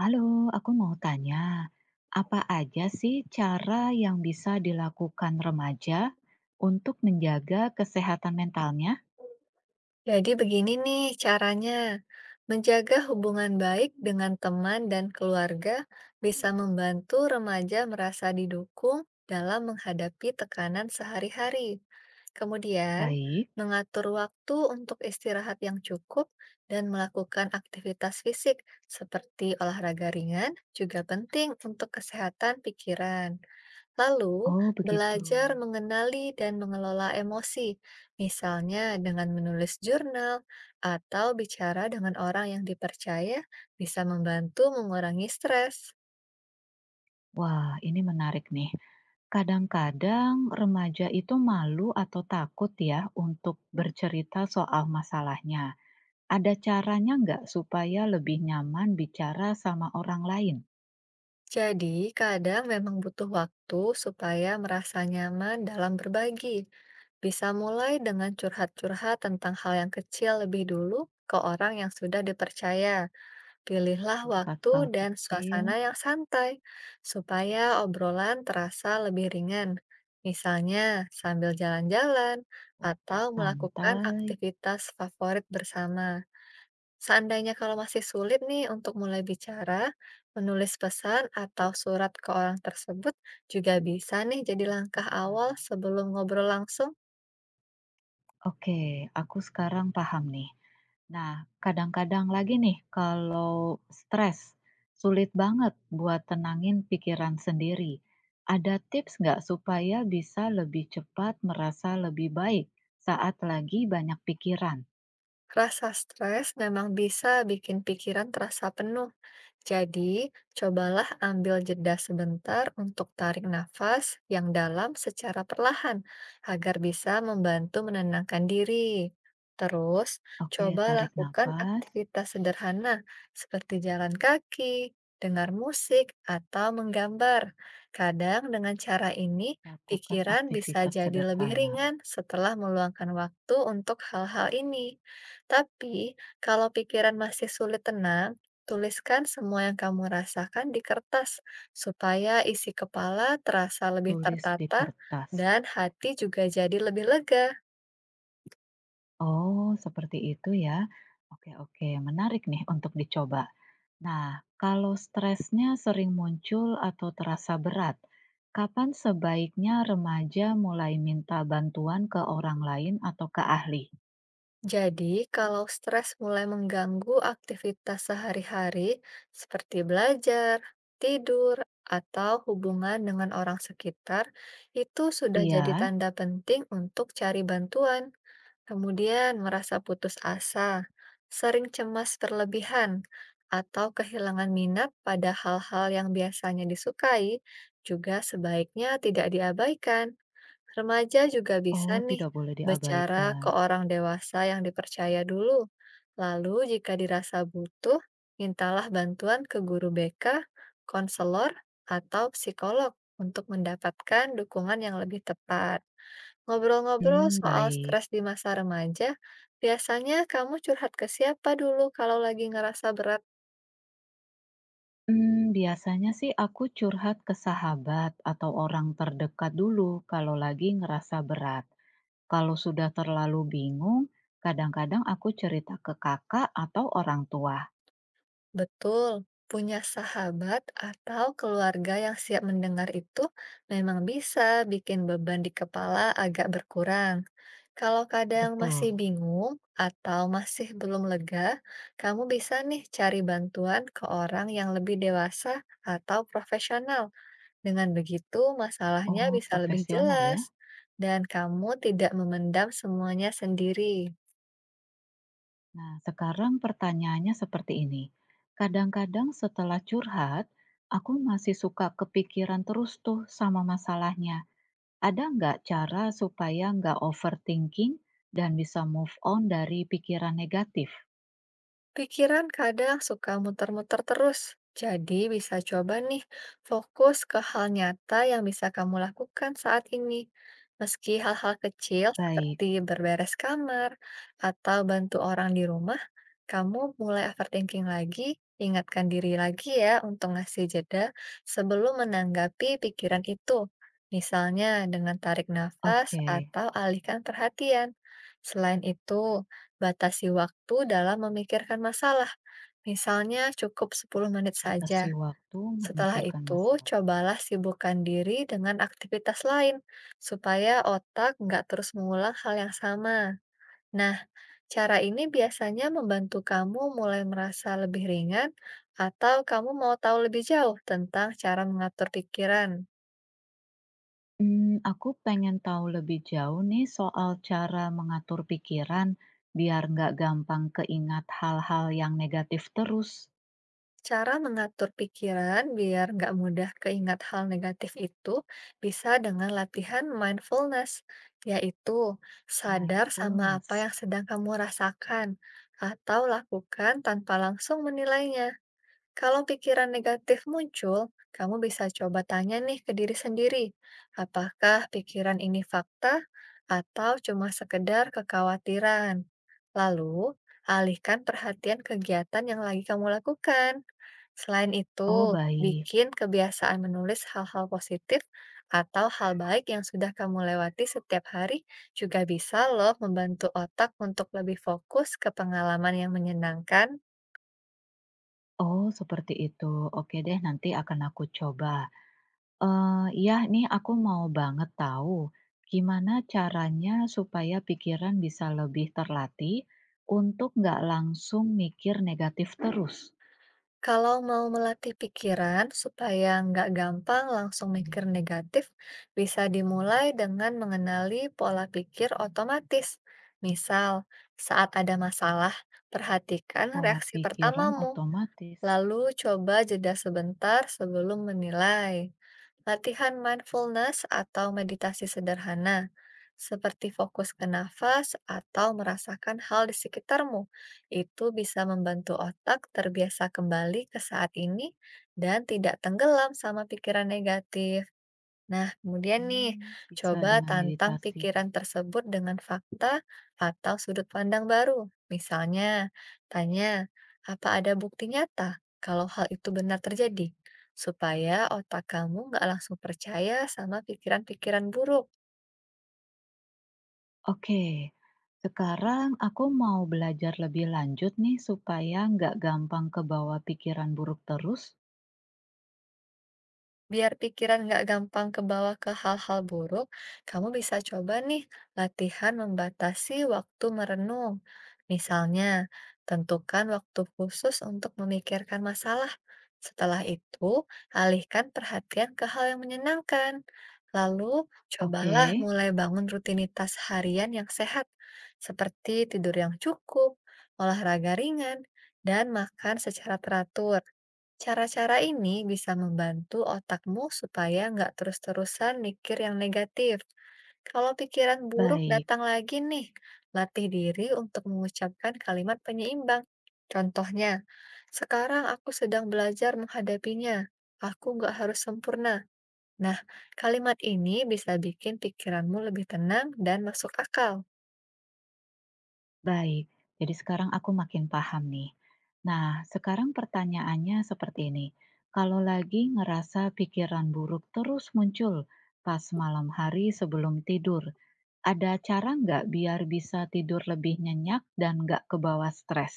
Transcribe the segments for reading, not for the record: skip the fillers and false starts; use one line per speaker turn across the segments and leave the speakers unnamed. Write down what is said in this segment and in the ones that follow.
Halo, aku mau tanya, apa aja sih cara yang bisa dilakukan remaja untuk menjaga kesehatan mentalnya?
Jadi begini nih caranya, menjaga hubungan baik dengan teman dan keluarga bisa membantu remaja merasa didukung dalam menghadapi tekanan sehari-hari. Kemudian,
Baik.
mengatur waktu untuk istirahat yang cukup dan melakukan aktivitas fisik seperti olahraga ringan juga penting untuk kesehatan pikiran. Lalu,
Oh, begitu.
belajar mengenali dan mengelola emosi, misalnya dengan menulis jurnal atau bicara dengan orang yang dipercaya, bisa membantu mengurangi stres.
Wah, ini menarik nih. Kadang-kadang remaja itu malu atau takut ya untuk
Hmm.
bercerita soal masalahnya. Ada caranya nggak supaya lebih nyaman bicara sama orang lain?
Jadi, kadang memang butuh waktu supaya merasa nyaman dalam berbagi. Bisa mulai dengan curhat-curhat tentang hal yang kecil lebih dulu ke orang yang sudah dipercaya. Pilihlah
Curhat
waktu
hal
dan
kecil,
suasana yang santai, supaya obrolan terasa lebih ringan. Misalnya, sambil jalan-jalan
waktu
atau melakukan
santai,
aktivitas favorit bersama. Seandainya kalau masih sulit nih untuk mulai bicara, menulis pesan atau surat ke orang tersebut juga bisa nih jadi
menulis
langkah awal
pesan.
sebelum ngobrol langsung.
Oke, aku sekarang paham nih. Nah, kadang-kadang lagi nih, kalau stres, sulit banget buat tenangin pikiran sendiri. Ada tips nggak supaya bisa lebih cepat merasa lebih baik saat lagi banyak pikiran?
Rasa stres memang bisa bikin pikiran terasa penuh. Jadi, cobalah ambil jeda sebentar untuk tarik nafas yang dalam secara perlahan agar bisa membantu menenangkan diri. Terus,
Oke,
coba
tarik
lakukan
nafas,
aktivitas sederhana seperti jalan kaki, dengar musik, atau menggambar. Kadang dengan cara ini,
lakukan
pikiran bisa
aktivitas
jadi lebih
sederhana,
ringan setelah meluangkan waktu untuk hal-hal ini. Tapi, kalau pikiran masih sulit tenang, tuliskan semua yang kamu rasakan di kertas supaya isi kepala terasa lebih
tulis di
tertata
kertas.
dan hati juga jadi lebih lega.
Oh, seperti itu ya. Oke, oke, menarik nih untuk dicoba. Nah, kalau stresnya sering muncul atau terasa berat, kapan sebaiknya remaja mulai minta bantuan ke orang lain atau ke ahli?
Jadi, kalau stres mulai mengganggu aktivitas sehari-hari seperti belajar, tidur, atau hubungan dengan orang sekitar, itu sudah jadi
Iya,
tanda penting untuk cari bantuan. Kemudian merasa putus asa, sering cemas berlebihan, atau kehilangan minat pada hal-hal yang biasanya disukai, juga sebaiknya tidak diabaikan. Remaja juga bisa
oh
nih
tidak boleh
bicara
diabaikan.
ke orang dewasa yang dipercaya dulu. Lalu jika dirasa butuh, mintalah bantuan ke guru BK, konselor, atau psikolog untuk mendapatkan dukungan yang lebih tepat. Ngobrol-ngobrol
Hmm,
soal
baik.
stres di masa remaja, biasanya kamu curhat ke siapa dulu kalau lagi ngerasa berat?
Hmm, biasanya sih aku curhat ke sahabat atau orang terdekat dulu kalau lagi ngerasa berat. Kalau sudah terlalu bingung, kadang-kadang aku cerita ke kakak atau orang tua.
Betul, punya sahabat atau keluarga yang siap mendengar itu memang bisa bikin beban di kepala agak berkurang. Kalau kadang
Betul.
masih bingung atau masih belum lega, kamu bisa nih cari bantuan ke orang yang lebih dewasa atau profesional. Dengan begitu, masalahnya
Oh,
bisa lebih
profesional
jelas,
ya.
dan kamu tidak memendam semuanya sendiri.
Nah, sekarang pertanyaannya seperti ini. Kadang-kadang setelah curhat, aku masih suka kepikiran terus tuh sama masalahnya. Ada nggak cara supaya nggak overthinking dan bisa move on dari pikiran negatif?
Pikiran kadang suka muter-muter terus, jadi bisa coba nih fokus ke hal nyata yang bisa kamu lakukan saat ini. Meski hal-hal kecil
Baik,
seperti berberes kamar atau bantu orang di rumah, kamu mulai overthinking lagi, ingatkan diri lagi ya untuk ngasih jeda sebelum menanggapi pikiran itu. Misalnya dengan tarik nafas
oke.
atau alihkan perhatian. Selain itu, batasi waktu dalam memikirkan masalah, misalnya cukup 10 menit
Batasi
saja.
waktu
Setelah
memikirkan
itu,
masalah.
cobalah sibukkan diri dengan aktivitas lain, supaya otak nggak terus mengulang hal yang sama. Nah, cara ini biasanya membantu kamu mulai merasa lebih ringan, atau kamu mau tahu lebih jauh tentang cara mengatur pikiran.
Hmm, aku pengen tahu lebih jauh nih soal cara mengatur pikiran biar nggak gampang keingat hal-hal yang negatif terus.
Cara mengatur pikiran biar nggak mudah keingat hal negatif itu bisa dengan latihan mindfulness, yaitu sadar sama apa
Mindfulness.
yang sedang kamu rasakan atau lakukan tanpa langsung menilainya. Kalau pikiran negatif muncul, kamu bisa coba tanya nih ke diri sendiri, apakah pikiran ini fakta atau cuma sekedar kekhawatiran? Lalu, alihkan perhatian kegiatan yang lagi kamu lakukan. Selain
Oh,
itu,
baik.
bikin kebiasaan menulis hal-hal positif atau hal baik yang sudah kamu lewati setiap hari juga bisa loh membantu otak untuk lebih fokus ke pengalaman yang menyenangkan.
Oh, seperti itu. Oke deh, nanti akan aku coba. Eh, ya, nih aku mau banget tahu gimana caranya supaya pikiran bisa lebih terlatih untuk nggak langsung mikir negatif terus.
Kalau mau melatih pikiran supaya nggak gampang langsung mikir negatif, bisa dimulai dengan mengenali pola pikir otomatis. Misal, saat ada masalah, perhatikan
Pola
reaksi
pikiran
pertamamu,
otomatis.
lalu coba jeda sebentar sebelum menilai. Latihan mindfulness atau meditasi sederhana, seperti fokus ke nafas atau merasakan hal di sekitarmu, itu bisa membantu otak terbiasa kembali ke saat ini dan tidak tenggelam sama pikiran negatif. Nah, kemudian nih,
Hmm, bisa
coba
dengan
tantang
meditasi.
pikiran tersebut dengan fakta atau sudut pandang baru. Misalnya, tanya, apa ada bukti nyata kalau hal itu benar terjadi? Supaya otak kamu nggak langsung percaya sama pikiran-pikiran buruk.
Oke, sekarang aku mau belajar lebih lanjut nih supaya nggak gampang ke bawah pikiran buruk terus.
Biar pikiran nggak gampang kebawa ke hal-hal buruk, kamu bisa coba nih latihan membatasi waktu merenung. Misalnya, tentukan waktu khusus untuk memikirkan masalah. Setelah itu, alihkan perhatian ke hal yang menyenangkan. Lalu, cobalah
Oke,
mulai bangun rutinitas harian yang sehat, seperti tidur yang cukup, olahraga ringan, dan makan secara teratur. Cara-cara ini bisa membantu otakmu supaya nggak terus-terusan mikir yang negatif. Kalau pikiran buruk
baik.
datang lagi nih, latih diri untuk mengucapkan kalimat penyeimbang. Contohnya, sekarang aku sedang belajar menghadapinya. Aku nggak harus sempurna. Nah, kalimat ini bisa bikin pikiranmu lebih tenang dan masuk akal.
Baik, jadi sekarang aku makin paham nih. Nah, sekarang pertanyaannya seperti ini. Kalau lagi ngerasa pikiran buruk terus muncul pas malam hari sebelum tidur, ada cara nggak biar bisa tidur lebih nyenyak dan nggak kebawa stres?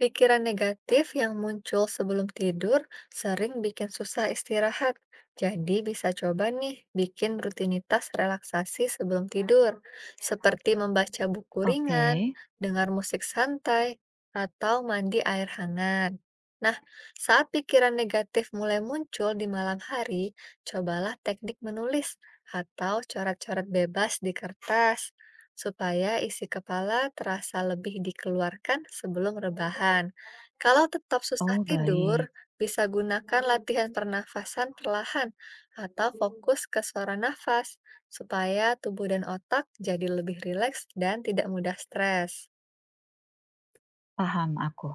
Pikiran negatif yang muncul sebelum tidur sering bikin susah istirahat. Jadi bisa coba nih bikin rutinitas relaksasi sebelum tidur, seperti membaca buku
Oke,
ringan, dengar musik santai, atau mandi air hangat. Nah, saat pikiran negatif mulai muncul di malam hari, cobalah teknik menulis atau coret-coret bebas di kertas supaya isi kepala terasa lebih dikeluarkan sebelum rebahan. Kalau tetap susah
oh baik,
tidur, bisa gunakan latihan pernafasan perlahan atau fokus ke suara nafas, supaya tubuh dan otak jadi lebih rileks dan tidak mudah stres.
paham aku.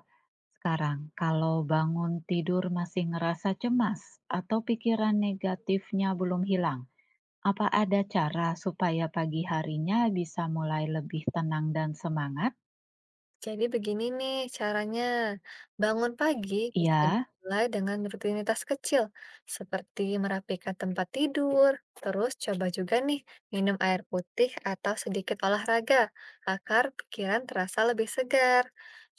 Sekarang, kalau bangun tidur masih ngerasa cemas atau pikiran negatifnya belum hilang, apa ada cara supaya pagi harinya bisa mulai lebih tenang dan semangat?
Jadi begini nih caranya. Bangun pagi bisa
Ya,
dimulai dengan rutinitas kecil, seperti merapikan tempat tidur. Terus coba juga nih minum air putih atau sedikit olahraga, agar pikiran terasa lebih segar.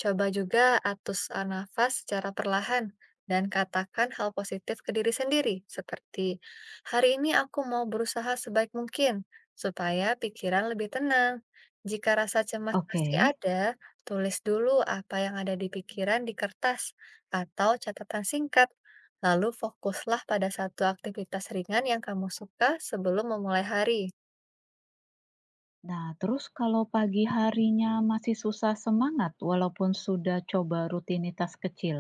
Coba juga atur nafas secara perlahan dan katakan hal positif ke diri sendiri, seperti hari ini aku mau berusaha sebaik mungkin supaya pikiran lebih tenang. Jika rasa cemas
oke.
masih ada, tulis dulu apa yang ada di pikiran di kertas atau catatan singkat. Lalu fokuslah pada satu aktivitas ringan yang kamu suka sebelum memulai hari.
Nah, terus kalau pagi harinya masih susah semangat walaupun sudah coba rutinitas kecil,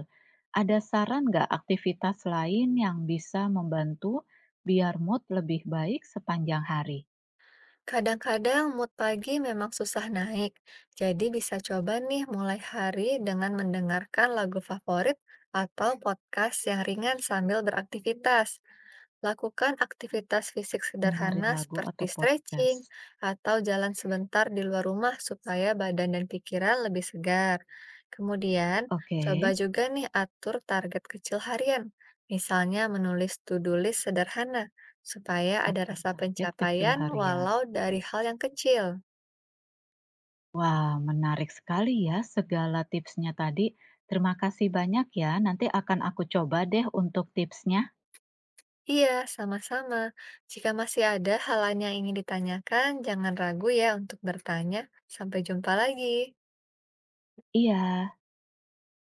ada saran nggak aktivitas lain yang bisa membantu biar mood lebih baik sepanjang hari?
Kadang-kadang mood pagi memang susah naik, jadi bisa coba nih mulai hari dengan mendengarkan lagu favorit atau podcast yang ringan sambil beraktivitas. Lakukan aktivitas fisik
Dengerin
sederhana
lagu atau
seperti stretching
podcast.
atau jalan sebentar di luar rumah supaya badan dan pikiran lebih segar. Kemudian,
Oke,
coba juga nih atur target kecil harian, misalnya menulis to-do list sederhana, supaya ada
atur
rasa
target kecil
pencapaian
harian.
walau dari hal yang kecil.
Wah, menarik sekali ya segala tipsnya tadi. Terima kasih banyak ya. Nanti akan aku coba deh untuk tipsnya.
Iya, sama-sama. Jika masih ada hal lain yang ingin ditanyakan, jangan ragu ya untuk bertanya. Sampai jumpa lagi.
Iya.